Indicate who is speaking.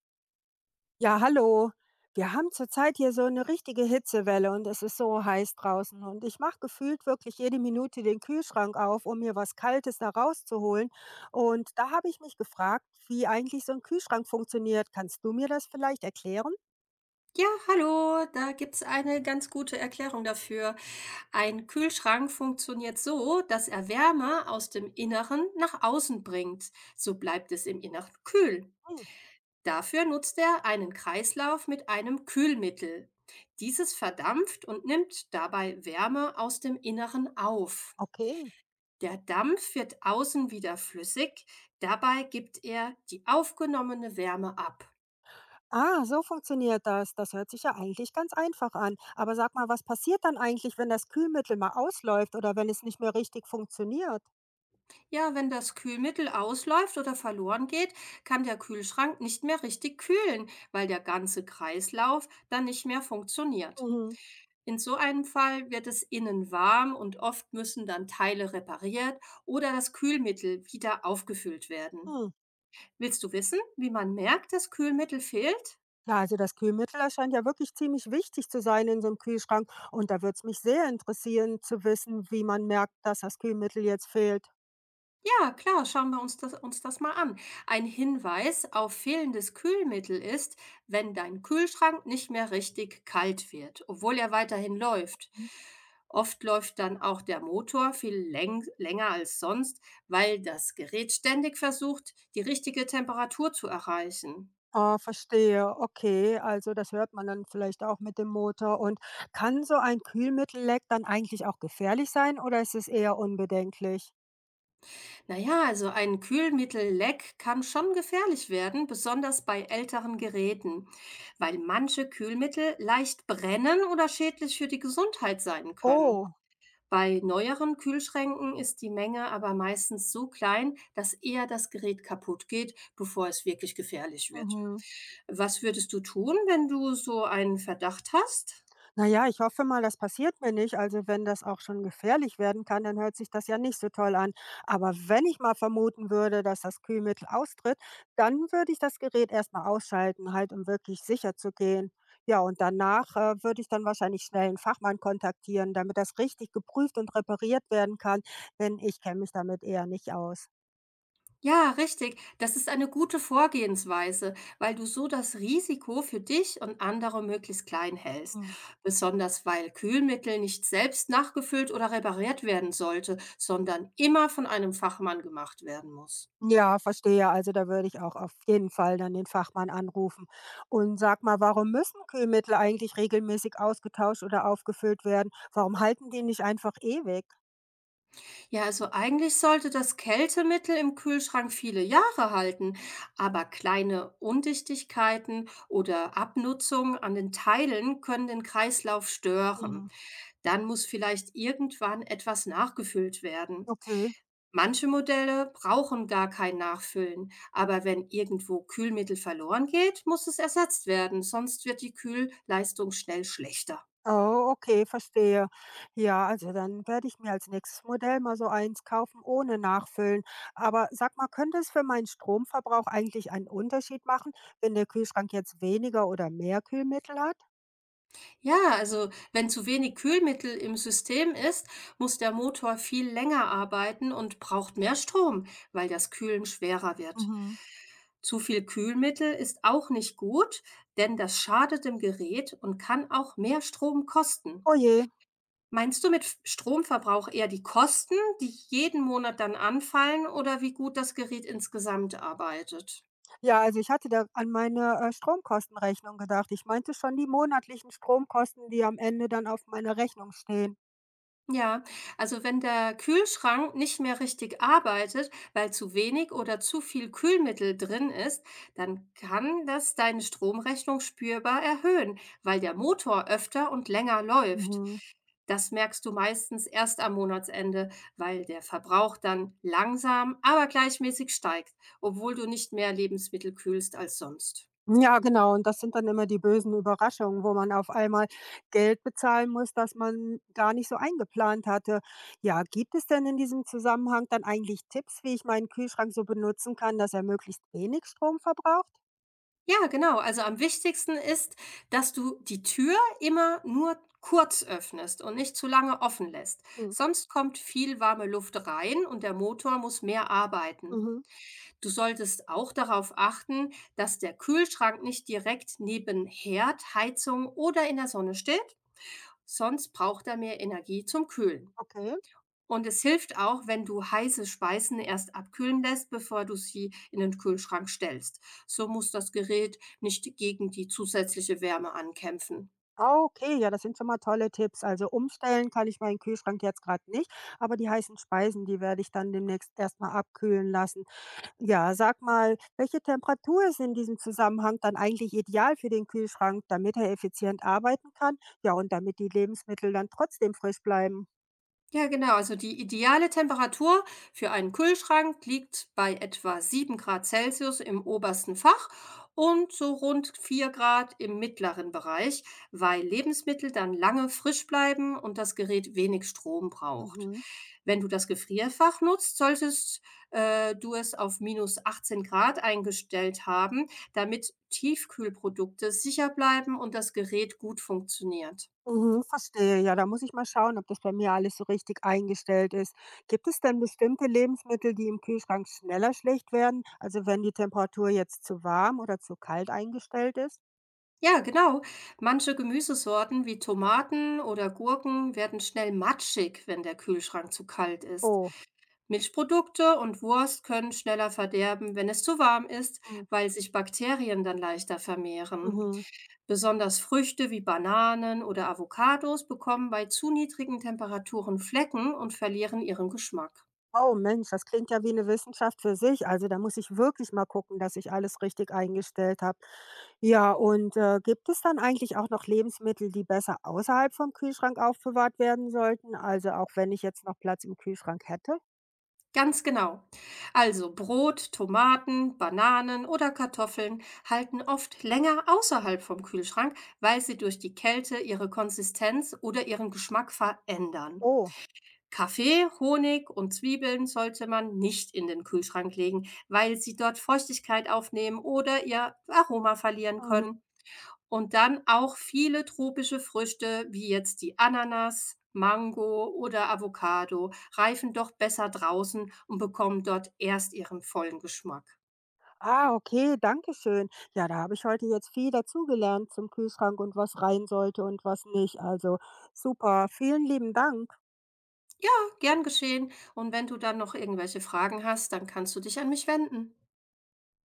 Speaker 1: Ja, hallo. Wir haben zurzeit hier so eine richtige Hitzewelle und es ist so heiß draußen und ich mache gefühlt wirklich jede Minute den Kühlschrank auf, um mir was Kaltes da rauszuholen. Und da habe ich mich gefragt, wie eigentlich so ein Kühlschrank funktioniert. Kannst du mir das vielleicht erklären?
Speaker 2: Ja, hallo, da gibt's eine ganz gute Erklärung dafür. Ein Kühlschrank funktioniert so, dass er Wärme aus dem Inneren nach außen bringt. So bleibt es im Inneren kühl.
Speaker 1: Hm,
Speaker 2: Dafür nutzt er einen Kreislauf mit einem Kühlmittel. Dieses verdampft und nimmt dabei Wärme aus dem Inneren auf.
Speaker 1: okay.
Speaker 2: Der Dampf wird außen wieder flüssig, dabei gibt er die aufgenommene Wärme ab.
Speaker 1: Ah, so funktioniert das. Das hört sich ja eigentlich ganz einfach an. Aber sag mal, was passiert dann eigentlich, wenn das Kühlmittel mal ausläuft oder wenn es nicht mehr richtig funktioniert?
Speaker 2: Ja, wenn das Kühlmittel ausläuft oder verloren geht, kann der Kühlschrank nicht mehr richtig kühlen, weil der ganze Kreislauf dann nicht mehr funktioniert.
Speaker 1: Mhm.
Speaker 2: In so einem Fall wird es innen warm und oft müssen dann Teile repariert oder das Kühlmittel wieder aufgefüllt werden.
Speaker 1: Hm.
Speaker 2: Willst du wissen, wie man merkt, dass Kühlmittel fehlt?
Speaker 1: Ja, also das Kühlmittel, das scheint ja wirklich ziemlich wichtig zu sein in so einem Kühlschrank. Und da würde es mich sehr interessieren zu wissen, wie man merkt, dass das Kühlmittel jetzt fehlt.
Speaker 2: Ja, klar, schauen wir uns uns das mal an. Ein Hinweis auf fehlendes Kühlmittel ist, wenn dein Kühlschrank nicht mehr richtig kalt wird, obwohl er weiterhin läuft.
Speaker 1: Hm.
Speaker 2: Oft läuft dann auch der Motor viel länger als sonst, weil das Gerät ständig versucht, die richtige Temperatur zu erreichen.
Speaker 1: Ah, verstehe. Okay, also das hört man dann vielleicht auch mit dem Motor. Und kann so ein Kühlmittelleck dann eigentlich auch gefährlich sein oder ist es eher unbedenklich?
Speaker 2: Naja, also ein Kühlmittelleck kann schon gefährlich werden, besonders bei älteren Geräten, weil manche Kühlmittel leicht brennen oder schädlich für die Gesundheit sein können.
Speaker 1: Oh,
Speaker 2: Bei neueren Kühlschränken ist die Menge aber meistens so klein, dass eher das Gerät kaputt geht, bevor es wirklich gefährlich wird.
Speaker 1: mhm.
Speaker 2: Was würdest du tun, wenn du so einen Verdacht hast?
Speaker 1: Na ja, ich hoffe mal, das passiert mir nicht. Also wenn das auch schon gefährlich werden kann, dann hört sich das ja nicht so toll an. Aber wenn ich mal vermuten würde, dass das Kühlmittel austritt, dann würde ich das Gerät erstmal ausschalten, halt um wirklich sicher zu gehen. Ja, und danach würde ich dann wahrscheinlich schnell einen Fachmann kontaktieren, damit das richtig geprüft und repariert werden kann, denn ich kenne mich damit eher nicht aus.
Speaker 2: Ja, richtig. Das ist eine gute Vorgehensweise, weil du so das Risiko für dich und andere möglichst klein hältst. Besonders weil Kühlmittel nicht selbst nachgefüllt oder repariert werden sollte, sondern immer von einem Fachmann gemacht werden muss.
Speaker 1: Ja, verstehe. Also da würde ich auch auf jeden Fall dann den Fachmann anrufen. Und sag mal, warum müssen Kühlmittel eigentlich regelmäßig ausgetauscht oder aufgefüllt werden? Warum halten die nicht einfach ewig?
Speaker 2: Ja, also eigentlich sollte das Kältemittel im Kühlschrank viele Jahre halten, aber kleine Undichtigkeiten oder Abnutzungen an den Teilen können den Kreislauf
Speaker 1: Hm,
Speaker 2: stören. Dann muss vielleicht irgendwann etwas nachgefüllt werden.
Speaker 1: okay.
Speaker 2: Manche Modelle brauchen gar kein Nachfüllen, aber wenn irgendwo Kühlmittel verloren geht, muss es ersetzt werden, sonst wird die Kühlleistung schnell schlechter.
Speaker 1: Oh, okay, verstehe. Ja, also dann werde ich mir als nächstes Modell mal so eins kaufen ohne Nachfüllen. Aber sag mal, könnte es für meinen Stromverbrauch eigentlich einen Unterschied machen, wenn der Kühlschrank jetzt weniger oder mehr Kühlmittel hat?
Speaker 2: Ja, also wenn zu wenig Kühlmittel im System ist, muss der Motor viel länger arbeiten und braucht mehr Strom, weil das Kühlen schwerer wird.
Speaker 1: Mhm.
Speaker 2: Zu viel Kühlmittel ist auch nicht gut, denn das schadet dem Gerät und kann auch mehr Strom kosten.
Speaker 1: Oh je.
Speaker 2: Meinst du mit Stromverbrauch eher die Kosten, die jeden Monat dann anfallen, oder wie gut das Gerät insgesamt arbeitet?
Speaker 1: Ja, also ich hatte da an meine, Stromkostenrechnung gedacht. Ich meinte schon die monatlichen Stromkosten, die am Ende dann auf meiner Rechnung stehen.
Speaker 2: Ja, also wenn der Kühlschrank nicht mehr richtig arbeitet, weil zu wenig oder zu viel Kühlmittel drin ist, dann kann das deine Stromrechnung spürbar erhöhen, weil der Motor öfter und länger läuft.
Speaker 1: Mhm.
Speaker 2: Das merkst du meistens erst am Monatsende, weil der Verbrauch dann langsam, aber gleichmäßig steigt, obwohl du nicht mehr Lebensmittel kühlst als sonst.
Speaker 1: Ja, genau. Und das sind dann immer die bösen Überraschungen, wo man auf einmal Geld bezahlen muss, das man gar nicht so eingeplant hatte. Ja, gibt es denn in diesem Zusammenhang dann eigentlich Tipps, wie ich meinen Kühlschrank so benutzen kann, dass er möglichst wenig Strom verbraucht?
Speaker 2: Ja, genau. Also am wichtigsten ist, dass du die Tür immer nur kurz öffnest und nicht zu lange offen lässt.
Speaker 1: Hm.
Speaker 2: Sonst kommt viel warme Luft rein und der Motor muss mehr arbeiten.
Speaker 1: Mhm.
Speaker 2: Du solltest auch darauf achten, dass der Kühlschrank nicht direkt neben Herd, Heizung oder in der Sonne steht, sonst braucht er mehr Energie zum Kühlen.
Speaker 1: Okay.
Speaker 2: Und es hilft auch, wenn du heiße Speisen erst abkühlen lässt, bevor du sie in den Kühlschrank stellst. So muss das Gerät nicht gegen die zusätzliche Wärme ankämpfen.
Speaker 1: Ah, okay, ja, das sind schon mal tolle Tipps. Also umstellen kann ich meinen Kühlschrank jetzt gerade nicht, aber die heißen Speisen, die werde ich dann demnächst erstmal abkühlen lassen. Ja, sag mal, welche Temperatur ist in diesem Zusammenhang dann eigentlich ideal für den Kühlschrank, damit er effizient arbeiten kann? Ja, und damit die Lebensmittel dann trotzdem frisch bleiben.
Speaker 2: Ja, genau. Also die ideale Temperatur für einen Kühlschrank liegt bei etwa 7 Grad Celsius im obersten Fach und so rund 4 Grad im mittleren Bereich, weil Lebensmittel dann lange frisch bleiben und das Gerät wenig Strom braucht.
Speaker 1: Mhm.
Speaker 2: Wenn du das Gefrierfach nutzt, solltest du es auf minus 18 Grad eingestellt haben, damit Tiefkühlprodukte sicher bleiben und das Gerät gut funktioniert.
Speaker 1: Mhm, verstehe. Ja, da muss ich mal schauen, ob das bei mir alles so richtig eingestellt ist. Gibt es denn bestimmte Lebensmittel, die im Kühlschrank schneller schlecht werden? Also wenn die Temperatur jetzt zu warm oder zu kalt eingestellt ist?
Speaker 2: Ja, genau. Manche Gemüsesorten wie Tomaten oder Gurken werden schnell matschig, wenn der Kühlschrank zu kalt ist.
Speaker 1: Oh.
Speaker 2: Milchprodukte und Wurst können schneller verderben, wenn es zu warm ist,
Speaker 1: Hm.
Speaker 2: weil sich Bakterien dann leichter vermehren.
Speaker 1: Mhm.
Speaker 2: Besonders Früchte wie Bananen oder Avocados bekommen bei zu niedrigen Temperaturen Flecken und verlieren ihren Geschmack.
Speaker 1: Oh Mensch, das klingt ja wie eine Wissenschaft für sich. Also da muss ich wirklich mal gucken, dass ich alles richtig eingestellt habe. Ja, und gibt es dann eigentlich auch noch Lebensmittel, die besser außerhalb vom Kühlschrank aufbewahrt werden sollten? Also auch wenn ich jetzt noch Platz im Kühlschrank hätte?
Speaker 2: Ganz genau. Also Brot, Tomaten, Bananen oder Kartoffeln halten oft länger außerhalb vom Kühlschrank, weil sie durch die Kälte ihre Konsistenz oder ihren Geschmack verändern.
Speaker 1: Oh.
Speaker 2: Kaffee, Honig und Zwiebeln sollte man nicht in den Kühlschrank legen, weil sie dort Feuchtigkeit aufnehmen oder ihr Aroma verlieren
Speaker 1: Mhm.
Speaker 2: können. Und dann auch viele tropische Früchte, wie jetzt die Ananas, Mango oder Avocado, reifen doch besser draußen und bekommen dort erst ihren vollen Geschmack.
Speaker 1: Ah, okay, danke schön. Ja, da habe ich heute jetzt viel dazugelernt zum Kühlschrank und was rein sollte und was nicht. Also super, vielen lieben Dank.
Speaker 2: Gern geschehen und wenn du dann noch irgendwelche Fragen hast, dann kannst du dich an mich wenden.